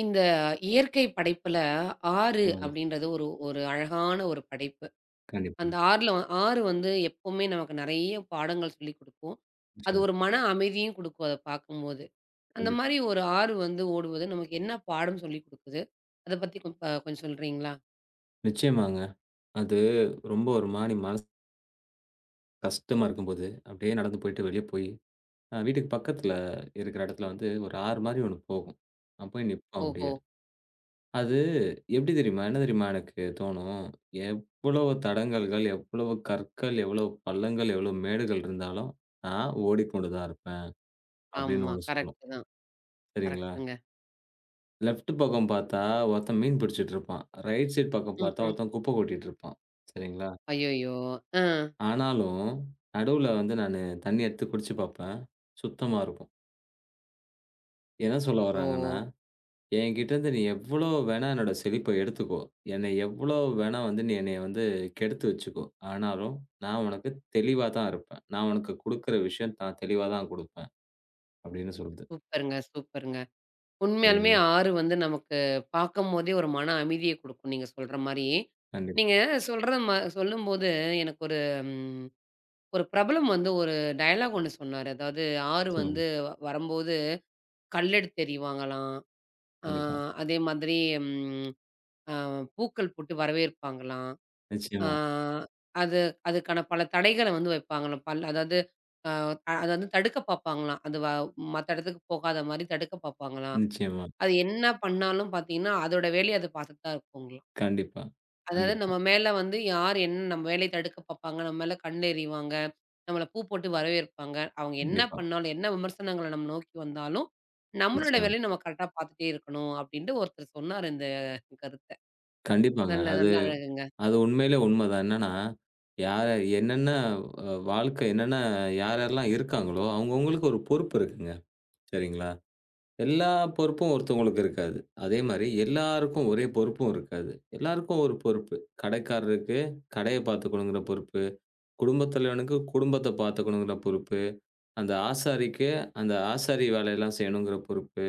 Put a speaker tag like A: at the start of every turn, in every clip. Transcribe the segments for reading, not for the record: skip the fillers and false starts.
A: இந்த இயற்கை படைப்புல ஆறு
B: நிச்சயமாங்க.
A: அப்படின்றது ஒரு ஒரு அழகான ஒரு படைப்பு.
B: கண்டிப்பா.
A: அந்த ஆறுல ஆறு வந்து எப்பவுமே நமக்கு நெறைய பாடங்கள் சொல்லிக் குடுக்கும். அது
B: நிச்சயமா.
A: ஒரு மன அமைதியும் குடுக்கும் அத பார்க்கும்போது. அந்த
B: கண்டிப்பா.
A: மாரி ஒரு ஆறு வந்து ஓடுவது நமக்கு என்ன பாடம் சொல்லிக் குடுக்குது? அத பத்தி கொஞ்சம் சொல்றீங்களா?
B: நிச்சயமாங்க. அது ரொம்ப ஒரு மாரி மனசு கஷ்டமா இருக்கும்போது, அப்படியே நடந்து போயிட்டு வெளிய போய், வீட்டுக்கு பக்கத்துல இருக்கிற இடத்துல வந்து ஒரு ஆறு மாரி ஒண்ணு போகும். நான் போய் நிப்போம்
A: ஓஹோ!
B: அப்படியே. அது எப்படி தெரியுமா? என்ன தெரியுமா எனக்கு தோணும்? எவ்வளவு தடங்கல்கள், எவ்வளவு கற்கள், எவ்வளவு பள்ளங்கள், எவ்வளவு மேடுகள் இருந்தாலும், நான் ஓடிக்கொண்டு தான் இருப்பேன் அப்படின்னு
A: ஆமா,
B: ஒண்ணு சொல்லும்.
A: கரெக்ட்டு தான்.
B: சரிங்களா?
A: கரெக்ட்டுங்க.
B: லெஃப்ட் பக்கம் பார்த்தா ஒருத்தன் மீன் பிடிச்சிட்டு இருப்பான். ரைட் சைட் பக்கம் பார்த்தா
A: ம்ஹ்ம்.
B: ஒருத்தன் குப்பை கொட்டிட்டு இருப்பான். சரிங்களா?
A: அய்யய்யோ! ஆ.
B: ஆனாலும், நடுவுல வந்து நானு தண்ணீ எடுத்து குடிச்சு பாப்பேன். சுத்தமா இருக்கும். என்ன சொல்ல
A: ஓ!
B: வராங்கன்னா, என்கிட்டருந்து நீ எவ்வளோ வேணா என்னோட செழிப்ப எடுத்துக்கோ. என்னை எவ்வளோ வேணா வந்து நீ என்னைய வந்து கெடுத்து வச்சுக்கோ. ஆனாலும், நான் உனக்கு தெளிவா தான் இருப்பேன். நான் உனக்கு குடுக்குற விஷயம் தான் தெளிவா தான் குடுப்பேன். அப்படின்னு சொல்லுது.
A: சூப்பருங்க, சூப்பருங்க. உண்மையாலுமே
B: சரிங்களா?
A: ஆறு வந்து நமக்கு பார்க்கும்போதே ஒரு மன அமைதிய குடுக்கும், நீங்க சொல்ற மாரி.
B: கண்டிப்பா.
A: நீங்க சொல்ற ம சொல்லும்போது எனக்கு ஒரு ம் ஒரு பிரபலம் வந்து ஒரு டயலாக் ஒண்ணு சொன்னாரு. அதாவது ஆறு
B: சொல்லுங்க.
A: வந்து வரும்போது கல்லெடுத்து எறிவாங்களாம். ஆ
B: கண்டிப்பா.
A: அதே மாதிரி ம் அ பூக்கள் போட்டு வரவேற்பாங்களாம். ஆ
B: நிச்சயமா,
A: அது அதுக்கான பல தடைகள வந்து வைப்பாங்களாம். அதாவது அ அத வந்து தடுக்க பார்ப்பாங்களாம். அது வ மத்த இடத்துக்கு போகாத மாரி தடுக்க பார்ப்பாங்களாம்.
B: நிச்சயமா.
A: அது என்ன பண்ணாலும் பார்த்தீங்கன்னா, அதோட வேலைய அது பார்த்துட்டு தான் இருக்குங்களா.
B: கண்டிப்பா,
A: அதாவது
B: கண்டிப்பா,
A: நம்ம மேல வந்து யார் என்ன நம்ம வேலைய தடுக்க பார்ப்பாங்க, நம்ம மேல கண் எறிவாங்க, நம்மள பூ போட்டு வரவேற்பாங்க. அவங்க என்ன
B: கண்டிப்பா.
A: பண்ணாலும், என்ன விமர்சனங்கள நம்ம நோக்கி வந்தாலும், நம்மளோட
B: நிச்சயமா.
A: வேலைய நம்ம கரெக்ட்டா பார்த்துட்டே இருக்கணும் அப்டின்ட்டு ஒருத்தர் சொன்னாரு இந்த கருத்த.
B: கண்டிப்பாங்க.
A: நல்ல
B: அது
A: நல்ல அழகுங்க.
B: அது உண்மையிலே உண்மதான். என்னன்னா, யார் என்னென்ன அ வாழ்க்கை என்னென்ன யார் யாரெல்லாம் இருக்காங்களோ, அவங்கவங்களுக்கு ஒரு பொறுப்பு இருக்குங்க. சரிங்களா? எல்லா பொறுப்பும் ஒருத்தவங்களுக்கு இருக்காது. அதே மாரி எல்லாருக்கும் ஒரே பொறுப்பும் இருக்காது. எல்லாருக்கும் ஒரு பொறுப்பு. கடைக்காரருக்கு கடைய பார்த்துக்கணுங்கிற பொறுப்பு, குடும்பத் தலைவனுக்கு குடும்பத்த பார்த்துக்கணுங்கிற பொறுப்பு. அந்த ஆசாரிக்கு அந்த ஆசாரி வேலையெல்லாம் செய்யணுங்கிற பொறுப்பு.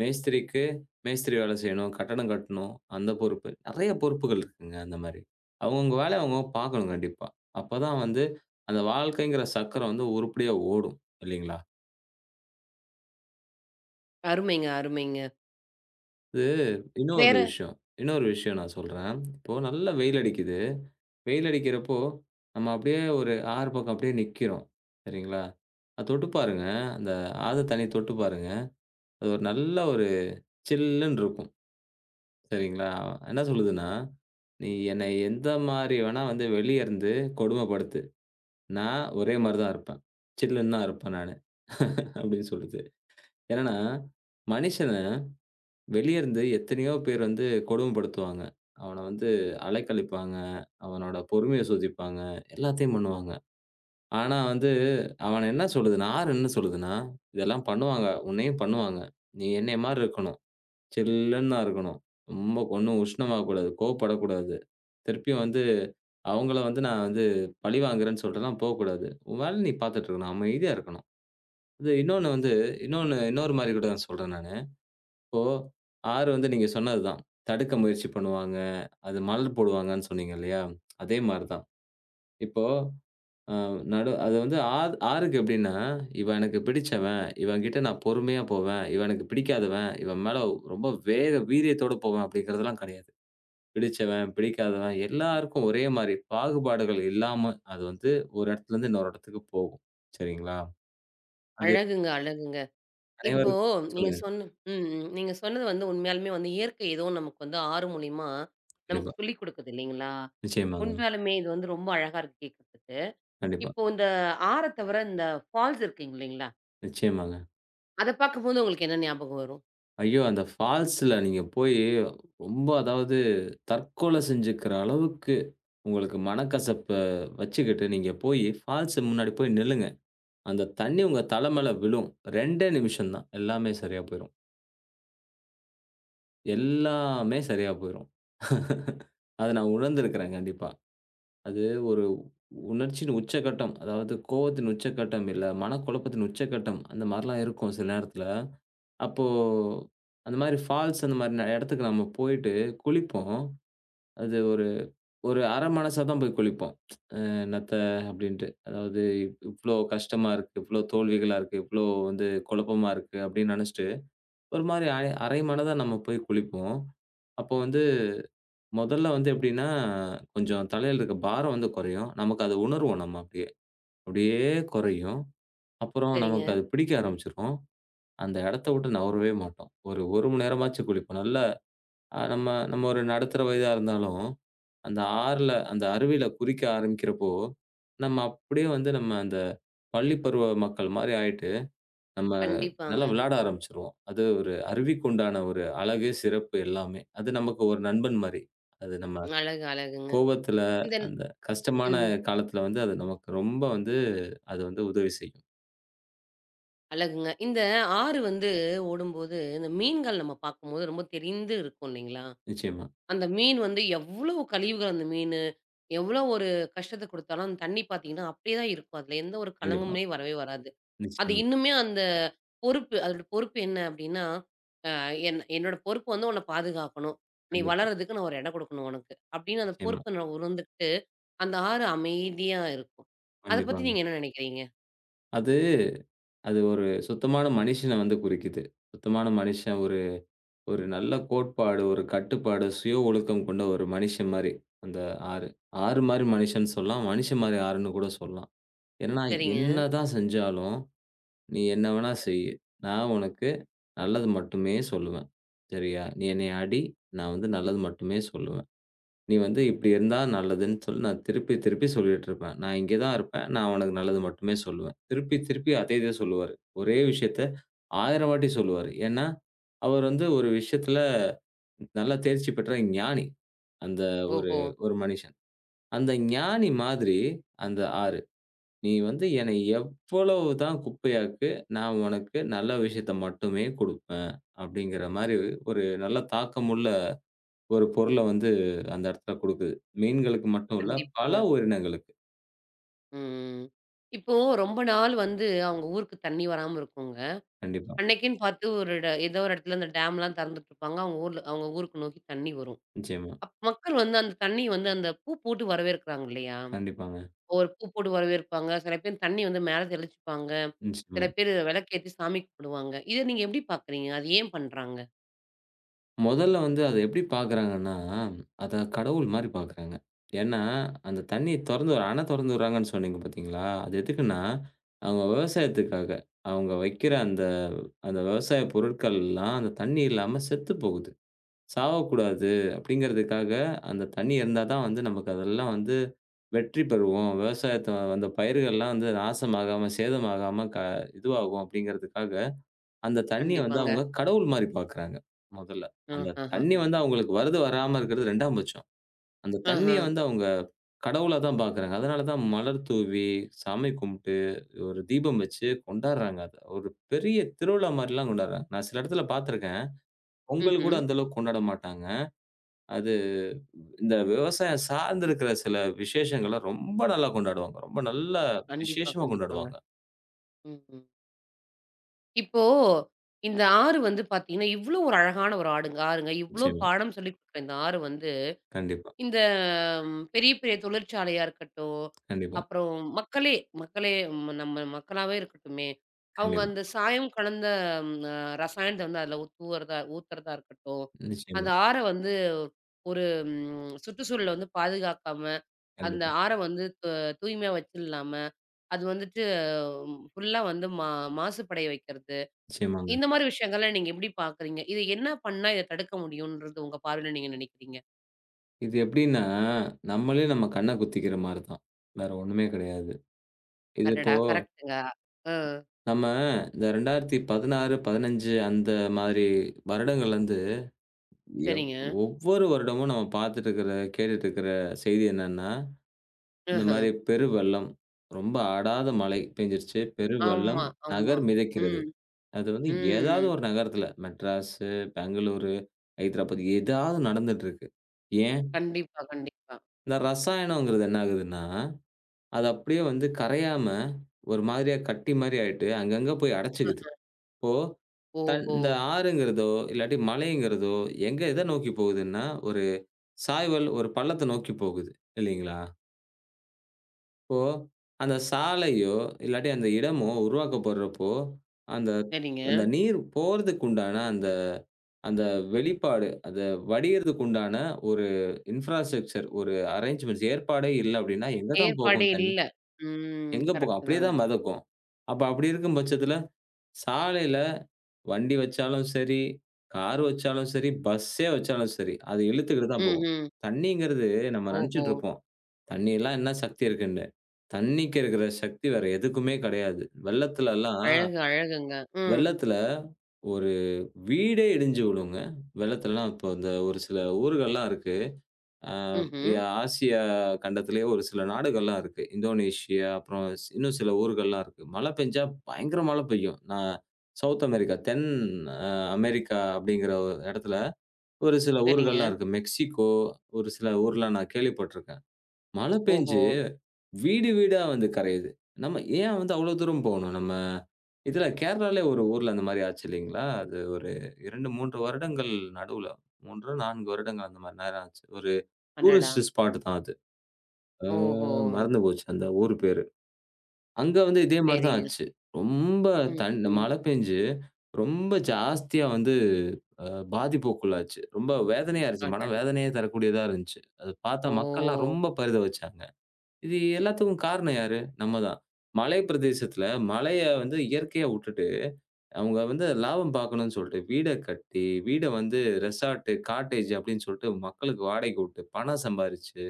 B: மேஸ்திரிக்கு மேஸ்திரி வேலை செய்யணும். கட்டடம் கட்டணும். அந்த பொறுப்பு. நெறைய பொறுப்புகள் இருக்குங்க அந்த மாரி. அவங்கவங்க வேலைய அவங்கவங்க பார்க்கணும் கண்டிப்பா. அப்பதான் வந்து அந்த வாழ்க்கைங்கிற சக்கரம் வந்து உருப்படியா ஓடும் இல்லைங்களா?
A: அருமைங்க, அருமைங்க.
B: இது இன்னொரு
A: வேற
B: விஷயம் இன்னொரு விஷயம் நான் சொல்றேன். இப்போ நல்ல வெயில் அடிக்குது. வெயில் அடிக்கிறப்போ நம்ம அப்படியே ஒரு ஆறு பக்கம் அப்படியே நிக்கிறோம். சரிங்களா? அத தொட்டு பாருங்க. அந்த ஆத்து தண்ணி தொட்டு பாருங்க. அது ஒரு நல்ல ஒரு சில்லுன்னு இருக்கும். சரிங்களா? என்ன சொல்லுதுன்னா, "நீ என்னை எந்த மாரி வேணா வந்து வெளிய இருந்து கொடுமைப்படுத்து. நான் ஒரே மாரி தான் இருப்பேன். சில்லுன்னு தான் இருப்பேன் நானு." அப்படின்னு சொல்லுது. என்னன்னா, மனுஷன வெளிய இருந்து எத்தனையோ பேர் வந்து கொடுமைப்படுத்துவாங்க. அவன வந்து அலைக்கழிப்பாங்க, அவனோட பொறுமைய சோதிப்பாங்க, எல்லாத்தையும் பண்ணுவாங்க. ஆனா வந்து அவன என்ன சொல்லுதுன்னா, ஆறு என்ன சொல்லுதுன்னா, "இதெல்லாம் பண்ணுவாங்க. உன்னையும் பண்ணுவாங்க. நீ என்னைய மாரி இருக்கணும். சில்லுன்னு தான் இருக்கணும். ரொம்ப ஒண்ணும் உஷ்ணமாகக்கூடாது. கோவப்படக்கூடாது. திருப்பியும் வந்து அவங்கள வந்து நான் வந்து பழி வாங்குறேன்னு சொல்லிட்டுலாம் போக்கூடாது. உன் வேல நீ பார்த்துட்டு இருக்கணும். அமைதியா இருக்கணும். இது இன்னொன்னு வந்து இன்னொன்னு இன்னொரு மாரி கூட நான் சொல்றேன் நானு. இப்போ 6 வந்து நீங்க சொன்னது தான். தடுக்க முயற்சி பண்ணுவாங்க. அது மலர் போடுவாங்கன்னு சொன்னீங்க இல்லையா? அதே மாரி தான். இப்போ அ நடு அது வந்து ஆ 6க்கு எப்படின்னா, இவன் எனக்கு பிடிச்சவன், இவன்கிட்ட நான் பொறுமையா போவேன், இவன் எனக்கு பிடிக்காதவன், இவன் மேல ரொம்ப வேக வீரியத்தோட போவேன் அப்படிங்கிறதெல்லாம் கிடையாது. பிடிச்சவன், பிடிக்காதவன் எல்லாருக்கும் ஒரே மாரி பாகுபாடுகள் இல்லாம அது வந்து ஒரு இடத்துலருந்து இன்னொரு இடத்துக்கு போகும். சரிங்களா? அது
A: அழகுங்க, அழகுங்க. இப்போ
B: அனைவருக்கும்.
A: நீங்க
B: சொல்லுங்க.
A: சொன்ன ம், ம். நீங்க சொன்னது வந்து உண்மையாலுமே வந்து இயற்கை ஏதோ நமக்கு வந்து ஆறு மூலியமா நமக்கு
B: கண்டிப்பா.
A: சொல்லிக் குடுக்குது இல்லைங்களா?
B: நிச்சயமாங்க.
A: உண்மையாலுமே இது வந்து ரொம்ப அழகா இருக்கு கேட்கறதுக்கு.
B: கண்டிப்பா.
A: இப்போ இந்த ஆற தவிர இந்த ஃபால்ஸ் இருக்குங்க இல்லைங்களா?
B: நிச்சயமாங்க.
A: அத பார்க்கும்போது உங்களுக்கு என்ன ஞாபகம் வரும்?
B: ஐயோ! அந்த ஃபால்ஸ்ல நீங்க போயி ரொம்ப அதாவது தற்கொலை செஞ்சுக்கிற அளவுக்கு உங்களுக்கு மனக்கசப்ப வச்சுக்கிட்டு நீங்க போயி ஃபால்ஸ் முன்னாடி போய் நில்லுங்க. அந்த தண்ணீ உங்க தல மேல விழும். 2டே நிமிஷம் தான். எல்லாமே சரியா போயிரும். எல்லாமே சரியா போயிரும். அத நான் உணர்ந்திருக்கிறேன் கண்டிப்பா. அது ஒரு உணர்ச்சியின் உச்சகட்டம். அதாவது கோவத்தின் உச்சகட்டம், இல்ல மனக்குழப்பத்தின் உச்சகட்டம் அந்த மாரிலாம் இருக்கும் சில நேரத்துல. அப்போ அந்த மாரி ஃபால்ஸ் அந்த மாரி இடத்துக்கு நம்ம போயிட்டு குளிப்போம். அது ஒரு ஒரு அரை மனசா தான் போய் குளிப்போம். என்னத்த அப்படின்ட்டு. அதாவது இவ்ளோ கஷ்டமா இருக்கு, இவ்ளோ தோல்விகளா இருக்கு, இவ்ளோ வந்து குழப்பமா இருக்கு அப்படின்னு நெனச்சுட்டு, ஒரு மாரி அரை அரை மனதா நம்ம போய் குளிப்போம். அப்போ வந்து மொதல்ல வந்து எப்படின்னா, கொஞ்சம் தலையில இருக்க பாரம் வந்து கொறையும். நமக்கு அத உணர்வோம் நம்ம அப்படியே. அப்படியே கொறையும். அப்புறம் நமக்கு
A: சரிங்க.
B: அது பிடிக்க ஆரம்பிச்சுரும். அந்த எடத்த விட்டு நகரவே மாட்டோம். ஒரு 1 மணி நேரமாச்சும் குளிப்போம். நல்லா நம்ம நம்ம ஒரு நடுத்தர வயதா இருந்தாலும் அந்த ஆறுல அந்த அருவியில குறிக்க ஆரம்பிக்கிறப்போ, நம்ம அப்படியே வந்து நம்ம அந்த பள்ளி பருவ மக்கள் மாரி ஆயிட்டு, நம்ம நல்லா
A: கண்டிப்பாங்க.
B: விளையாட ஆரம்பிச்சுருவோம். அது ஒரு அருவிக்கு உண்டான ஒரு அழகு, சிறப்பு எல்லாமே. அது நமக்கு ஒரு நண்பன் மாரி. அது நம்ம
A: அழகு, அழகுங்க.
B: கோவத்துல,
A: இந்த
B: அந்த கஷ்டமான
A: ம்.
B: காலத்துல வந்து அது நமக்கு ரொம்ப வந்து அது வந்து உதவி செய்யும்.
A: அழகுங்க. இந்த ஆறு வந்து ஓடும்போது, இந்த மீன்கள் நம்ம பார்க்கும்போது ரொம்ப தெரிந்து இருக்கும் இல்லைங்களா?
B: நிச்சயமா.
A: அந்த மீன் வந்து எவ்வளவு கழிவுகள் அந்த மீனு, எவ்வளோ ஒரு கஷ்டத்த குடுத்தாலும் அந்த தண்ணி பார்த்தீங்கன்னா, அப்படியே தான் இருக்கும். அதுல எந்த ஒரு
B: கண்டிப்பா.
A: கலங்கமே வரவே வராது. அது
B: நிச்சயமா.
A: இன்னுமே அந்த பொறுப்பு அதோட பொறுப்பு என்ன அப்படின்னா, அ என்னோட பொறுப்பு வந்து உன்ன பாதுகாக்கணும். நீ
B: கண்டிப்பா.
A: வளர்றதுக்கு நான் ஒரு இடம் கொடுக்கணும் உனக்கு. அப்படின்னு அந்த
B: நிச்சயமா.
A: பொறுப்ப நான் உணர்ந்துகிட்டு, அந்த ஆறு அமைதியா இருக்கும். அத பத்தி
B: கண்டிப்பாங்க.
A: நீங்க என்ன நினைக்கிறீங்க?
B: அது அது ஒரு சுத்தமான மனுஷன வந்து குறிக்குது. சுத்தமான மனுஷன். ஒரு ஒரு நல்ல கோட்பாடு, ஒரு கட்டுப்பாடு, சுய ஒழுக்கம் கொண்ட ஒரு மனுஷன் மாரி. அந்த ஆறு. ஆறு மாரி மனுஷன்னு சொல்லலாம். மனுஷன் மாரி ஆறுன்னு கூட சொல்லலாம். என்னன்னா,
A: சரிங்க.
B: என்னதான் செஞ்சாலும், நீ என்ன வேணா செய்யு. நான் உனக்கு நல்லது மட்டுமே சொல்லுவேன். சரியா? நீ என்னைய அடி, நான் வந்து நல்லது மட்டுமே சொல்லுவேன். நீ வந்து இப்படி இருந்தா நல்லதுன்னு சொல்லி நான் திருப்பி, திருப்பி சொல்லிட்டுருப்பேன். நான் இங்கே தான் இருப்பேன். நான் அவனுக்கு நல்லது மட்டுமே சொல்லுவேன். திருப்பி, திருப்பி அதே இத சொல்லுவாரு. ஒரே விஷயத்த 1000 வாட்டி சொல்லுவாரு. ஏன்னா, அவர் வந்து ஒரு விஷயத்துல நல்லா தேர்ச்சி பெற்ற ஞானி. அந்த ஒரு
A: ஓஹோ!
B: ஒரு மனுஷன். அந்த ஞானி மாதிரி அந்த ஆறு. நீ வந்து என்னை எவ்வளவு தான் குப்பையாக்கு, நான் உனக்கு நல்ல விஷயத்த மட்டுமே குடுப்பேன். அப்படிங்கிற மாரி ஒரு நல்ல தாக்கமுள்ள ஒரு பொருள வந்து அந்த இடத்துல குடுக்குது. மீன்களுக்கு மட்டும் இல்ல, பல
A: கண்டிப்பாங்க.
B: உயிரினங்களுக்கு.
A: ம். இப்போ ரொம்ப நாள் வந்து அவங்க ஊருக்கு தண்ணி வராம இருக்குங்க.
B: கண்டிப்பா.
A: அன்னைக்குன்னு பார்த்து ஒரு ஏதோ ஒரு இடத்துல அந்த டேம்லாம் திறந்துட்டுருப்பாங்க. அவங்க ஊர்ல அவங்க ஊருக்கு நோக்கி தண்ணி வரும்.
B: நிச்சயமா.
A: மக்கள் வந்து அந்த தண்ணி வந்து அந்த பூ போட்டு வரவேற்கிறாங்க இல்லையா?
B: கண்டிப்பாங்க.
A: ஒரு பூ போட்டு வரவேற்பாங்க. சில பேர் தண்ணி வந்து மேல தெளிச்சுப்பாங்க.
B: நிச்சயமா.
A: சில பேரு விளக்கேத்தி சாமி கும்பிடுவாங்க. இத நீங்க எப்படி பார்க்குறீங்க? அது ஏன் பண்றாங்க?
B: முதல்ல வந்து அத எப்படி பார்க்குறாங்கன்னா, அத கடவுள் மாரி பார்க்குறாங்க. ஏன்னா, அந்த தண்ணீய தொறந்து அணை தொறந்து விடுறாங்கன்னு சொன்னீங்க பார்த்தீங்களா? அது எதுக்குன்னா, அவங்க விவசாயத்துக்காக. அவங்க வைக்கிற அந்த அந்த விவசாய பொருட்கள்லாம் அந்த தண்ணி இல்லாம செத்து போகுது. சாவக்கூடாது அப்படிங்கிறதுக்காக, அந்த தண்ணி இருந்தா தான் வந்து நமக்கு அதெல்லாம் வந்து வெற்றி பெறுவோம். விவசாயத்த அந்த பயிர்கள்லாம் வந்து நாசமாகாம, சேதமாகாம இதுவாகும் அப்படிங்கிறதுக்காக, அந்த தண்ணிய வந்து
A: கண்டிப்பாங்க.
B: அவங்க கடவுள் மாரி பார்க்குறாங்க, முதல்ல. அந்த தண்ணி
A: ஆஹஹஹ.
B: வந்து அவங்களுக்கு வருது, வராம இருக்கிறது 2ஆம் பட்சம். அந்த
A: ஆஹா.
B: தண்ணிய வந்து அவங்க கடவுளா தான் பார்க்குறாங்க. அதனால தான் மலர் தூவி, சாமி கும்பிட்டு, ஒரு தீபம் வச்சு கொண்டாடுறாங்க அத. ஒரு பெரிய திருவிழா மாரிலாம் கொண்டாடுறாங்க. நான் சில இடத்துல பார்த்துருக்கேன். பொங்கல் கூட
A: ம்ஹ்ம்.
B: அந்த அளவுக்கு கொண்டாட மாட்டாங்க. அது இந்த விவசாயம் சார்ந்திருக்கிற சில விசேஷங்கள ரொம்ப நல்லா கொண்டாடுவாங்க. ரொம்ப நல்லா
A: கண்டிப்பா,
B: விசேஷமா
A: கண்டிப்பாங்க.
B: கொண்டாடுவாங்க.
A: ம்ஹ்ம். இப்போ இந்த ஆறு வந்து பார்த்தீங்கன்னா, இவ்ளோ ஒரு அழகான ஒரு ஆடுங்க ஆறுங்க. இவ்ளோ
B: நிச்சயமா.
A: பாடம் சொல்லிக் குடுக்குற இந்த ஆறு வந்து
B: கண்டிப்பா,
A: இந்த பெரிய, பெரிய தொழிற்சாலையா இருக்கட்டும்,
B: கண்டிப்பா,
A: அப்புறம் மக்களே மக்களே நம்ம மக்களாவே இருக்கட்டுமே, அவங்க
B: கண்டிப்பா.
A: அந்த சாயம் கலந்த அ ரசாயனத்த வந்து அதில தூவுறதா ஊத்துறதா இருக்கட்டும், அந்த
B: நிச்சயமா,
A: ஆற வந்து ஒரு சுற்றுச்சூழல வந்து பாதுகாக்காம, அந்த
B: கண்டிப்பா.
A: ஆற வந்து தூய்மையா வச்சில்லாம, அது வந்துட்டு ஃபுல்லா வந்து மாசுபடைய வைக்கிறது.
B: நிச்சயமாங்க.
A: இந்த மாரி விஷயங்கள்லாம் நீங்க எப்படி பார்க்குறீங்க? இது என்ன பண்ணா இத தடுக்க முடியும்ன்றது உங்க பார்வையில நீங்க நினைக்கிறீங்க?
B: இது எப்படின்னா, நம்மளே நம்ம கண்ண குத்திக்கிற மாரி தான். வேற ஒண்ணுமே கிடையாது. இது இப்போ
A: அடடா! கரெக்ட்டுங்க. அ.
B: நம்ம இந்த 2016, 15 அந்த மாதிரி வருடங்கள்லருந்து எவ்
A: சரிங்க.
B: ஒவ்வொரு வருடமும் நம்ம பார்த்துட்டு இருக்கிற, கேட்டுட்டு இருக்கிற செய்தி என்னன்னா, இந்த
A: ஆஹா.
B: மாரி பெருவெள்ளம், ரொம்ப அடாத மழை பெஞ்சிருச்சு.
A: ஆமா,
B: பெருவெள்ளம்,
A: ஆமா.
B: நகர் மிதக்கிறது.
A: ம்,
B: அது வந்து ஏதாவது
A: ம்.
B: ஒரு நகரத்துல மெட்ராஸு, பெங்களூரு, ஹைதராபாத் ஏதாவது நடந்துட்டு இருக்கு. ஏன்?
A: கண்டிப்பா, கண்டிப்பா.
B: இந்த ரசாயனம்ங்கிறது என்ன ஆகுதுன்னா, அது அப்படியே வந்து கரையாம ஒரு மாதிரியா கட்டி மாரி ஆயிட்டு அங்கங்க போய் அடைச்சுக்குது.
A: ஆஹா.
B: இப்போ
A: ஓஹோ!
B: இந்த ஆறுங்கிறதோ, இல்லாட்டி மலைங்கிறதோ எங்க எத நோக்கி போகுதுன்னா, ஒரு சாய்வல், ஒரு பள்ளத்த நோக்கி போகுது இல்லீங்களா? இப்போ அந்த சாலையோ, இல்லாட்டி அந்த இடமோ உருவாக்கப்படுறப்போ, அந்த
A: சரிங்க.
B: அந்த நீர் போறதுக்கு உண்டான அந்த அந்த வெளிப்பாடு, அத வடியிறதுக்கு உண்டான ஒரு இன்ஃப்ராஸ்ட்ரக்சர், ஒரு அரேஞ்ச்மென்ட்ஸ் ஏற்பாடே இல்ல அப்டின்னா, எங்க தான்
A: ஏற்பாடே
B: போகும் தண்ணி?
A: இல்ல. ம்.
B: எங்க போகும்?
A: கரெக்ட்
B: அப்டியே
A: தாங்க.
B: தான் மெதக்கும். அப்ப அப்டி இருக்கும் பட்சத்துல சாலையில வண்டி வச்சாலும் சரி, கார் வச்சாலும் சரி, பஸ்ஸே வச்சாலும் சரி, அது இழுத்துக்கிட்டு தான் போகும்.
A: ம்ஹ்ம்.
B: தண்ணீங்கிறது நம்ம
A: ஓஹோ!
B: நெனச்சுட்டு இருப்போம். தண்ணிலாம் என்ன சக்தி இருக்குன்னு. தண்ணிக்கு இருக்கிற சக்தி வேற எதுக்குமே கெடையாது. வெள்ளத்துலலாம்
A: அழகு, அழகுங்க. ம்.
B: வெள்ளத்துல ஒரு வீடே இடிஞ்சு விழுங்க. வெள்ளத்துலலாம் இப்போ இந்த ஒரு சில ஊர்கள்லாம் இருக்கு. அ
A: ம்ஹ்ம்.
B: ஆசியா கண்டத்திலேயே ஒரு சில நாடுகள்லாம் இருக்கு. இந்தோனேஷியா, அப்புறம் இன்னும் சில ஊர்கள்லாம் இருக்கு. மழை பெஞ்சா பயங்கர மழை பெய்யும். நான் சவுத் அமெரிக்கா, தென் அ அமெரிக்கா அப்படிங்கிற ஒரு இடத்துல ஒரு சில
A: சரிங்க.
B: ஊர்கள்லாம் இருக்கு. மெக்சிகோ ஒரு சில ஊர்லாம் நான் கேள்விப்பட்டுருக்கேன். மழை
A: ஓஹோ!
B: பெஞ்சு வீடு வீடா வந்து கரையுது. நம்ம ஏன் வந்து அவ்வளோ தூரம் போணும்? நம்ம இதில கேரளாலே ஒரு ஊர்ல அந்த மாரி ஆச்சு இல்லைங்களா? அது ஒரு 2, 3 வருடங்கள் நடுவுல 3, 4 வருடங்கள் அந்த மாரி நேரம் ஆச்சு. ஒரு
A: அடடா!
B: டூரிஸ்ட் ஸ்பாட் தான் அது. ஆ
A: ஓஹோ!
B: மறந்து போச்சு அந்த ஊர் பேரு. அங்க வந்து இதே மாரி தான்
A: சரிங்க.
B: ஆச்சு. ரொம்ப
A: ம், ம்.
B: மழை பெஞ்சு ரொம்ப ஜாஸ்தியா வந்து அ பாதிப்புக்குள்ளாச்சு. ரொம்ப வேதனையா இருந்துச்சு.
A: அடடா!
B: மனவேதனையே தரக்கூடியதா இருந்துச்சு. அத பார்த்தா
A: ஓ!
B: மக்கள்லாம் ரொம்ப பரிதவிச்சாங்க. இது எல்லாத்துக்கும் காரணம் யாரு? நம்ம தான். மலை பிரதேசத்துல மழைய வந்து இயற்கையா உட்டுட்டு, அவங்க வந்து லாபம் பார்க்கணும்னு சொல்ட்டு வீட கட்டி, வீட வந்து ரெசார்ட்டு, காட்டேஜ் அப்டின்னு சொல்ட்டு மக்களுக்கு வாடகைக்கு உட்டு பணம் சம்பாரிச்சு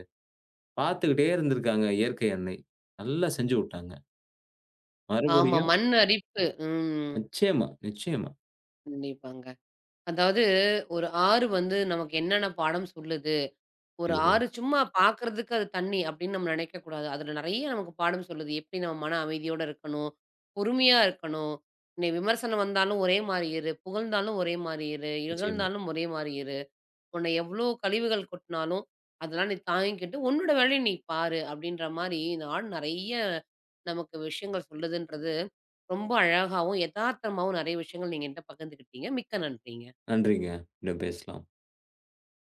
B: பார்த்துக்கிட்டே இருந்திருக்காங்க இயற்கை அன்னை. நல்லா செஞ்சு வுட்டாங்க.
A: ஆமா.
B: மறுபடியும்
A: மண் அரிப்பு. ம்.
B: நிச்சயமா, நிச்சயமா.
A: கண்டிப்பாங்க. அதாவது ஒரு ஆறு வந்து நமக்கு என்னென்ன பாடம் சொல்லுது? ஒரு
B: கண்டிப்பாங்க.
A: ஆறு சும்மா பார்க்கறதுக்கு அது தண்ணி அப்படின்னு நம்ம நினைக்கக்கூடாது. அதுல நெறைய நமக்கு பாடம் சொல்லுது. எப்படி நம்ம மன அமைதியோட இருக்கணும், பொறுமையா இருக்கணும். உன்னை விமர்சனம் வந்தாலும் ஒரே மாரி இரு, புகழ்ந்தாலும் ஒரே மாரி இரு,
B: நிச்சயமா.
A: இகழ்ந்தாலும் ஒரே மாரி இரு. உன்னை எவ்ளோ கழிவுகள் கொட்டினாலும் அதெல்லாம் நீ தாங்கிக்கிட்டு உன்னோட வேலைய நீ பாரு அப்படின்ற மாரி இந்த ஆடு நெறைய நமக்கு விஷயங்கள் சொல்லுதுன்றது ரொம்ப அழகாவும், எதார்த்தமாவும் நெறைய விஷயங்கள் நீங்க என்ட்ட பகிர்ந்துக்கிட்டீங்க. மிக்க நன்றிங்க.
B: நன்றிங்க. இன்னும் பேசலாம்.